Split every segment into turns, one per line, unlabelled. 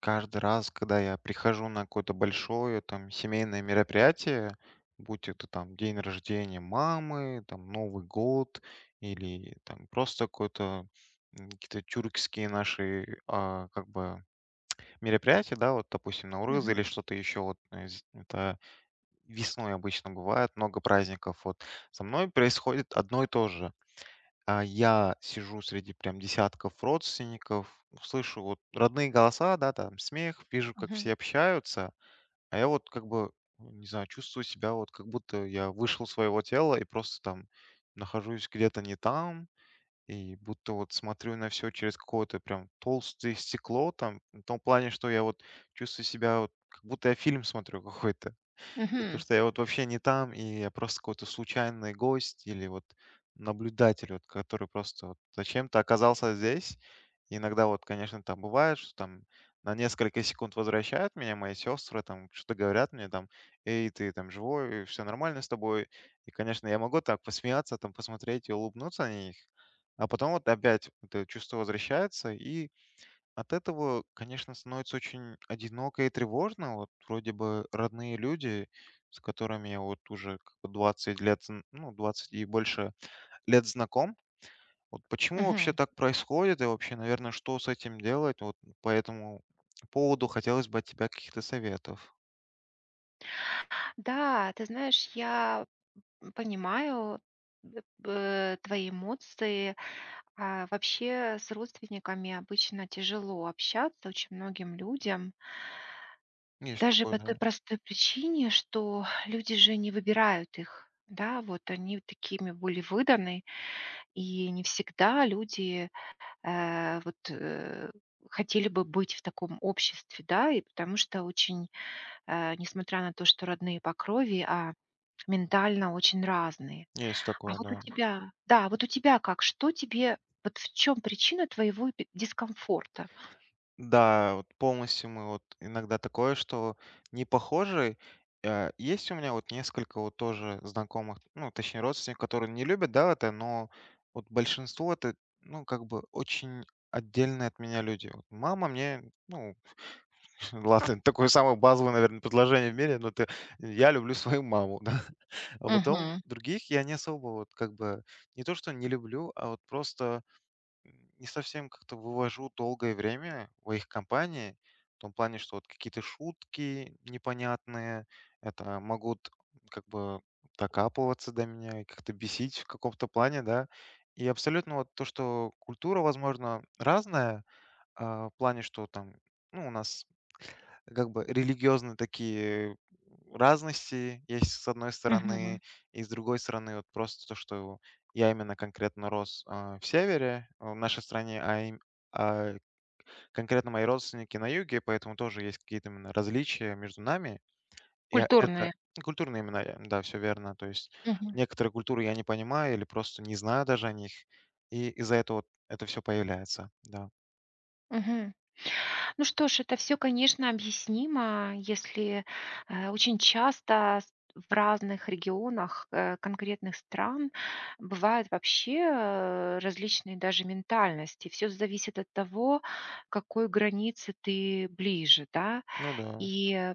Каждый раз, когда я прихожу на какое-то большое там семейное мероприятие, будь это там день рождения мамы, там Новый год или там просто какой-то какие-то тюркские наши как бы мероприятия, да, вот допустим Наурыз
Мгм,
или что-то еще вот это весной обычно бывает много праздников. Вот со мной происходит одно и то же. Я сижу среди прям десятков родственников, слышу вот родные голоса, да, там смех, вижу, как
мгм,
все общаются, а я вот как бы, ну, не знаю, чувствую себя вот как будто я вышел из своего тела и просто там нахожусь где-то не там, и будто вот смотрю на все через какое-то прям толстое стекло там, в том плане, что я вот чувствую себя вот как будто я фильм смотрю какой-то. И то,
мгм,
что я вот вообще не там, и я просто какой-то случайный гость или вот наблюдатель, вот, который просто вот зачем-то оказался здесь. Иногда вот, конечно, там бывает, что там на несколько секунд возвращают меня мои сестры, там что-то говорят мне, там, эй, ты там живой, все нормально с тобой. И, конечно, я могу так посмеяться, там посмотреть и улыбнуться на них. А потом вот опять это чувство возвращается, и от этого, конечно, становится очень одиноко и тревожно. Вот вроде бы родные люди, с которыми я вот уже как бы 20 лет, ну, 20 и больше лет знаком. Вот почему вообще
мгм.
так происходит и вообще, наверное, что с этим делать? Вот по этому поводу хотелось бы от тебя каких-то советов.
Да, ты знаешь, я понимаю твои эмоции. А вообще с родственниками обычно тяжело общаться очень многим людям,
Есть
даже
такое,
по той
да.
простой причине, что люди же не выбирают их. Да, вот они такими были выданы, и не всегда люди э, вот э, хотели бы быть в таком обществе, да, и потому что очень несмотря на то, что родные по крови, а ментально очень разные.
Есть
А
такое,
вот у
да.
тебя, да, вот у тебя как, что тебе, вот в чем причина твоего дискомфорта?
Да, вот полностью мы вот иногда такое, что не похожи. Есть у меня вот несколько вот тоже знакомых, ну, точнее, родственников, которые не любят, да, это, но вот большинство это, ну, как бы очень отдельные от меня люди. Вот мама мне, ну, ладно, такое самое базовое, наверное, предложение в мире, но ты, я люблю свою маму, да. А потом
Мгм.
других я не особо вот как бы, не то, что не люблю, а вот просто не совсем как-то вывожу долгое время в их компании, в том плане, что вот какие-то шутки непонятные, это могут как бы докапываться до меня и как-то бесить в каком-то плане, да. И абсолютно вот то, что культура, возможно, разная, в плане, что там, ну, у нас как бы религиозные такие разности есть с одной стороны,
Мгм.
и с другой стороны вот просто то, что я именно конкретно рос в севере, в нашей стране, а конкретно мои родственники на юге, поэтому тоже есть какие-то именно различия между нами. И это
Культурные.
ну, культурные имена, да, все верно. То есть
Мгм.
некоторые культуры я не понимаю или просто не знаю даже о них, и из-за этого вот это все появляется, да.
Мгм. Ну что ж, это все, конечно, объяснимо, если, очень часто с в разных регионах, конкретных стран бывают вообще, различные даже ментальности. Все зависит от того, к какой границе ты ближе, да.
Ну да,
И, э,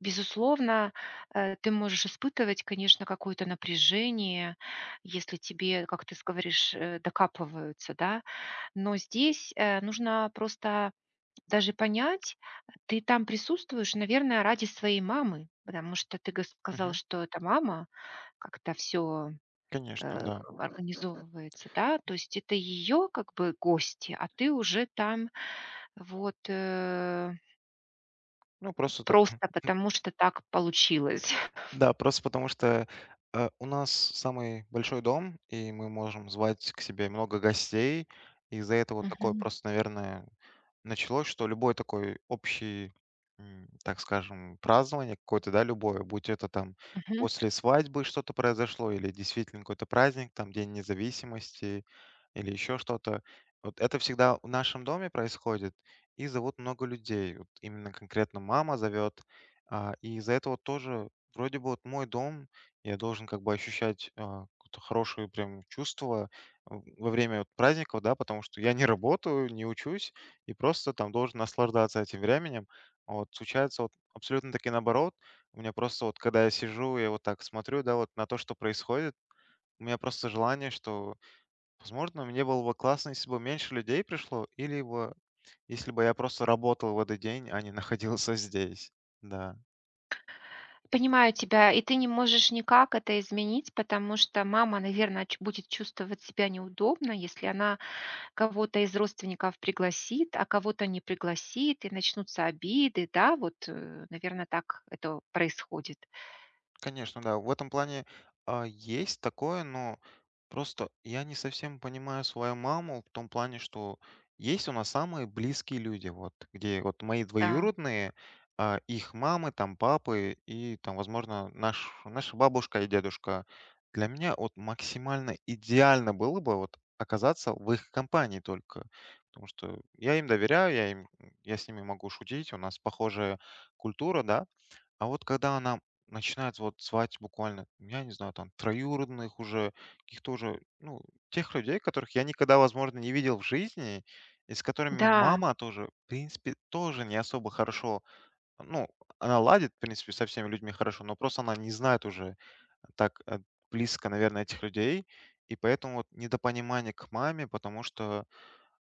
Безусловно, ты можешь испытывать, конечно, какое-то напряжение, если тебе, как ты говоришь, докапываются, да. Но здесь, нужно просто даже понять, ты там присутствуешь, наверное, ради своей мамы, потому что ты гос сказал,
мгм,
что эта мама как-то все
конечно, да.
организовывается, да. То есть это ее как бы гости, а ты уже там вот, э,
Ну просто так
просто потому, что так получилось.
да, просто потому что, у нас самый большой дом, и мы можем звать к себе много гостей. И из-за этого вот такое
Мгм,
просто, наверное, началось, что любой такой общий, так скажем, празднование какое-то, да, любое, будь это там
мгм.
после свадьбы что-то произошло или действительно какой-то праздник, там День независимости или еще что-то. Вот это всегда в нашем доме происходит, и зовут много людей. Вот именно конкретно мама зовет, и из-за этого тоже вроде бы вот мой дом, я должен как бы ощущать какое-то хорошее прям чувство во время вот праздников, да, потому что я не работаю, не учусь, и просто там должен наслаждаться этим временем. А вот случается вот абсолютно таки наоборот. У меня просто вот, когда я сижу, я вот так смотрю, да, вот на то, что происходит, у меня просто желание, что, возможно, мне было бы классно, если бы меньше людей пришло, или бы, если бы я просто работал в этот день, а не находился здесь. Да.
Понимаю тебя, и ты не можешь никак это изменить, потому что мама, наверное, будет чувствовать себя неудобно, если она кого-то из родственников пригласит, а кого-то не пригласит, и начнутся обиды, да, вот, наверное, так это происходит.
Конечно, да. В этом плане есть такое, но просто я не совсем понимаю свою маму в том плане, что есть у нас самые близкие люди, вот, где вот мои
Да,
двоюродные, их мамы, там, папы и, там, возможно, наша бабушка и дедушка. Для меня вот максимально идеально было бы вот оказаться в их компании только, потому что я им доверяю, я с ними могу шутить, у нас похожая культура, да, а вот когда она начинает вот звать буквально, я не знаю, там, троюродных уже, каких-то уже, ну, тех людей, которых я никогда, возможно, не видел в жизни, и с которыми
да,
мама тоже, в принципе, тоже не особо хорошо, ну, она ладит, в принципе, со всеми людьми хорошо, но просто она не знает уже так близко, наверное, этих людей, и поэтому вот недопонимание к маме, потому что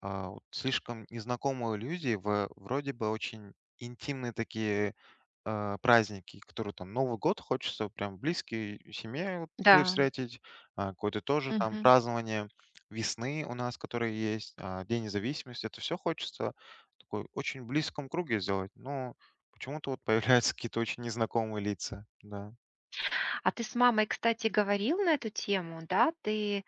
вот слишком незнакомые люди в вроде бы очень интимные такие праздники, которые там Новый год хочется прям близкие семье вот и
да,
встретить, какое-то тоже там
мгм.
празднование весны у нас, которые есть, День независимости. Это все хочется в такой очень близком круге сделать, но почему-то вот появляются какие-то очень незнакомые лица. Да.
А ты с мамой, кстати, говорил на эту тему, да? Ты,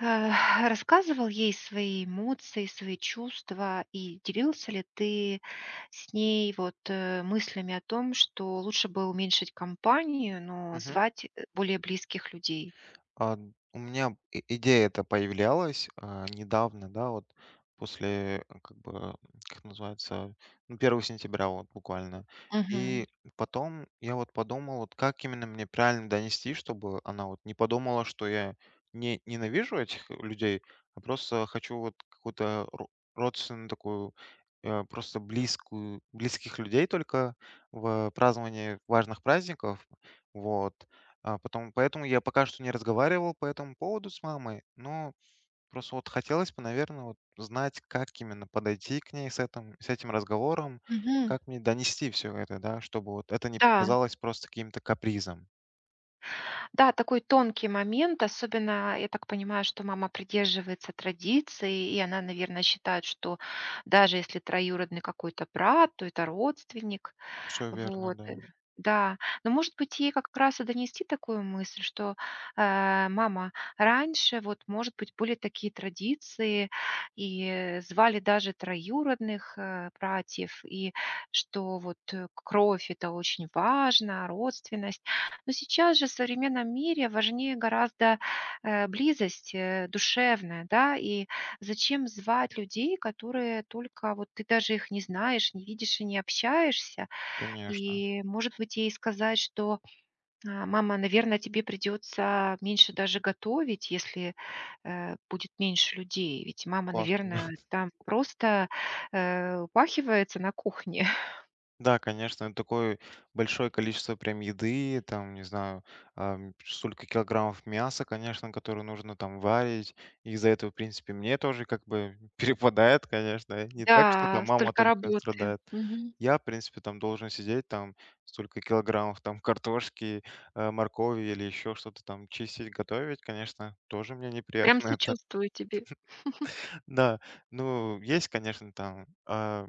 э, рассказывал ей свои эмоции, свои чувства, и делился ли ты с ней вот, мыслями о том, что лучше бы уменьшить компанию, но
Мгм.
звать, более близких людей?
А, у меня и идея эта появлялась, недавно, да, вот после, как бы, как называется, ну, 1 сентября вот буквально.
Мгм,
И потом я вот подумал, вот как именно мне правильно донести, чтобы она вот не подумала, что я не ненавижу этих людей, а просто хочу вот какую-то ро родственную такую, просто близкую близких людей только в праздновании важных праздников. Вот. А потом, поэтому я пока что не разговаривал по этому поводу с мамой, но просто вот хотелось бы, наверное, вот знать, как именно подойти к ней с этим разговором,
мгм.
как мне донести все это, да, чтобы вот это не
Да.
показалось просто каким-то капризом.
Да, такой тонкий момент, особенно, я так понимаю, что мама придерживается традиции, и она, наверное, считает, что даже если троюродный какой-то брат, то это родственник.
Все верно,
Вот, э,
да,
да. Но, может быть, ей как раз и донести такую мысль, что, мама, раньше вот, может быть, были такие традиции, и звали даже троюродных, братьев, и что вот, кровь- это очень важно, родственность. Но сейчас же в современном мире важнее гораздо, близость, душевная, да, и зачем звать людей, которые только вот ты даже их не знаешь, не видишь и не общаешься.
конечно.
И, может быть, ей сказать, что: "А, мама, наверное, тебе придется меньше даже готовить, если, будет меньше людей. Ведь мама,
Классно, да.
наверное, там просто, упахивается на кухне".
Да, конечно, это такое большое количество прям еды, там, не знаю, столько килограммов мяса, конечно, которое нужно там варить. И из-за этого, в принципе, мне тоже как бы перепадает, конечно. Не так, что там
Да,
мама
столько
только
работы.
страдает.
Мгм.
Я, в принципе, там должен сидеть, там столько килограммов там картошки, моркови или еще что-то там чистить, готовить, конечно, тоже мне
Прям
неприятно это.
сочувствую тебе.
Да, ну, есть, конечно, там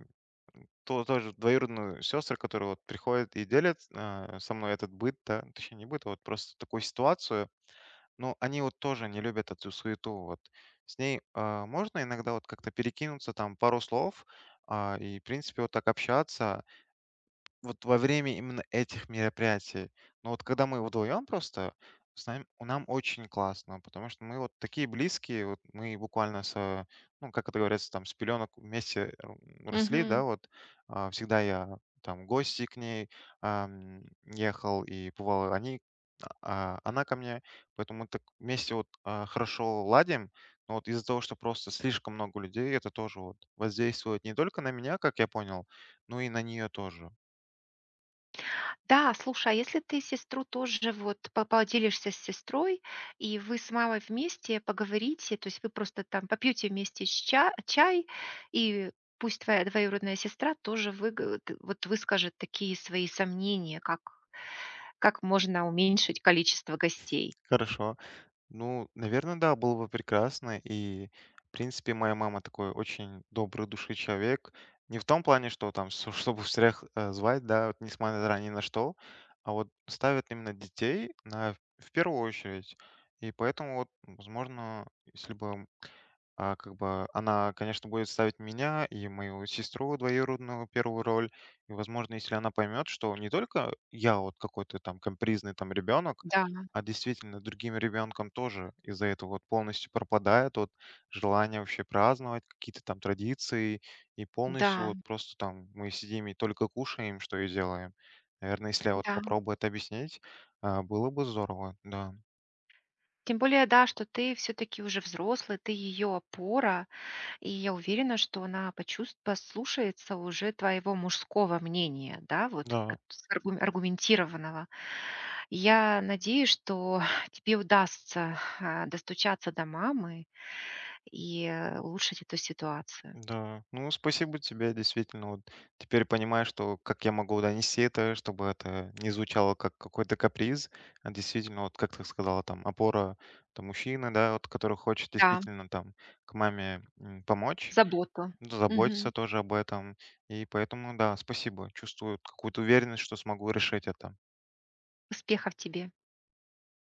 ту тоже двоюродную сестру, которая вот приходит и делит, со мной этот быт, да, точнее не быт, а вот просто такую ситуацию. Но они вот тоже не любят эту суету. Вот с ней можно иногда вот как-то перекинуться там пару слов и, в принципе, вот так общаться. Вот во время именно этих мероприятий. Но вот когда мы вдвоем просто, с нами, у нам очень классно, потому что мы вот такие близкие, вот мы буквально с, ну, как это говорится, там, с пеленок вместе росли, да,
Мгм.
вот всегда я там в гости к ней ехал, и бывало, они, она ко мне, поэтому мы так вместе вот хорошо ладим, но вот из-за того, что просто слишком много людей, это тоже вот воздействует не только на меня, как я понял, но и на нее тоже.
Да, слушай, а если ты сестру тоже вот по поделишься с сестрой, и вы с мамой вместе поговорите, то есть вы просто там попьете вместе чай, и пусть твоя двоюродная сестра тоже вот выскажет такие свои сомнения, как можно уменьшить количество гостей.
Хорошо. Ну, наверное, да, было бы прекрасно. И, в принципе, моя мама такой очень добрый души человек. Не в том плане, что там, чтобы всех звать, да, вот, несмотря ни на что, а вот ставят именно детей на, в первую очередь. И поэтому, вот, возможно, если бы как бы она, конечно, будет ставить меня и мою сестру двоюродную первую роль. И, возможно, если она поймет, что не только я вот какой-то там компризный там ребенок,
Да,
а действительно, другим ребенком тоже из-за этого вот полностью пропадает вот желание вообще праздновать какие-то там традиции, и полностью
да,
вот просто там мы сидим и только кушаем, что и делаем. Наверное, если я вот
да.
попробую это объяснить, было бы здорово, да.
Тем более, да, что ты все-таки уже взрослый, ты ее опора, и я уверена, что она почувс послушается уже твоего мужского мнения, да, вот к
Да.
с аргу аргументированного. Я надеюсь, что тебе удастся, достучаться до мамы и улучшить эту ситуацию.
Да, ну спасибо тебе, действительно, вот теперь понимаю, что как я могу донести это, чтобы это не звучало как какой-то каприз, а действительно, вот как ты сказала, там, опора, там, мужчина, да, вот, который хочет
Да,
действительно, там, к маме помочь,
заботу.
ну, заботиться
Мгм.
тоже об этом, и поэтому, да, спасибо, чувствую какую-то уверенность, что смогу решить это.
Успехов тебе.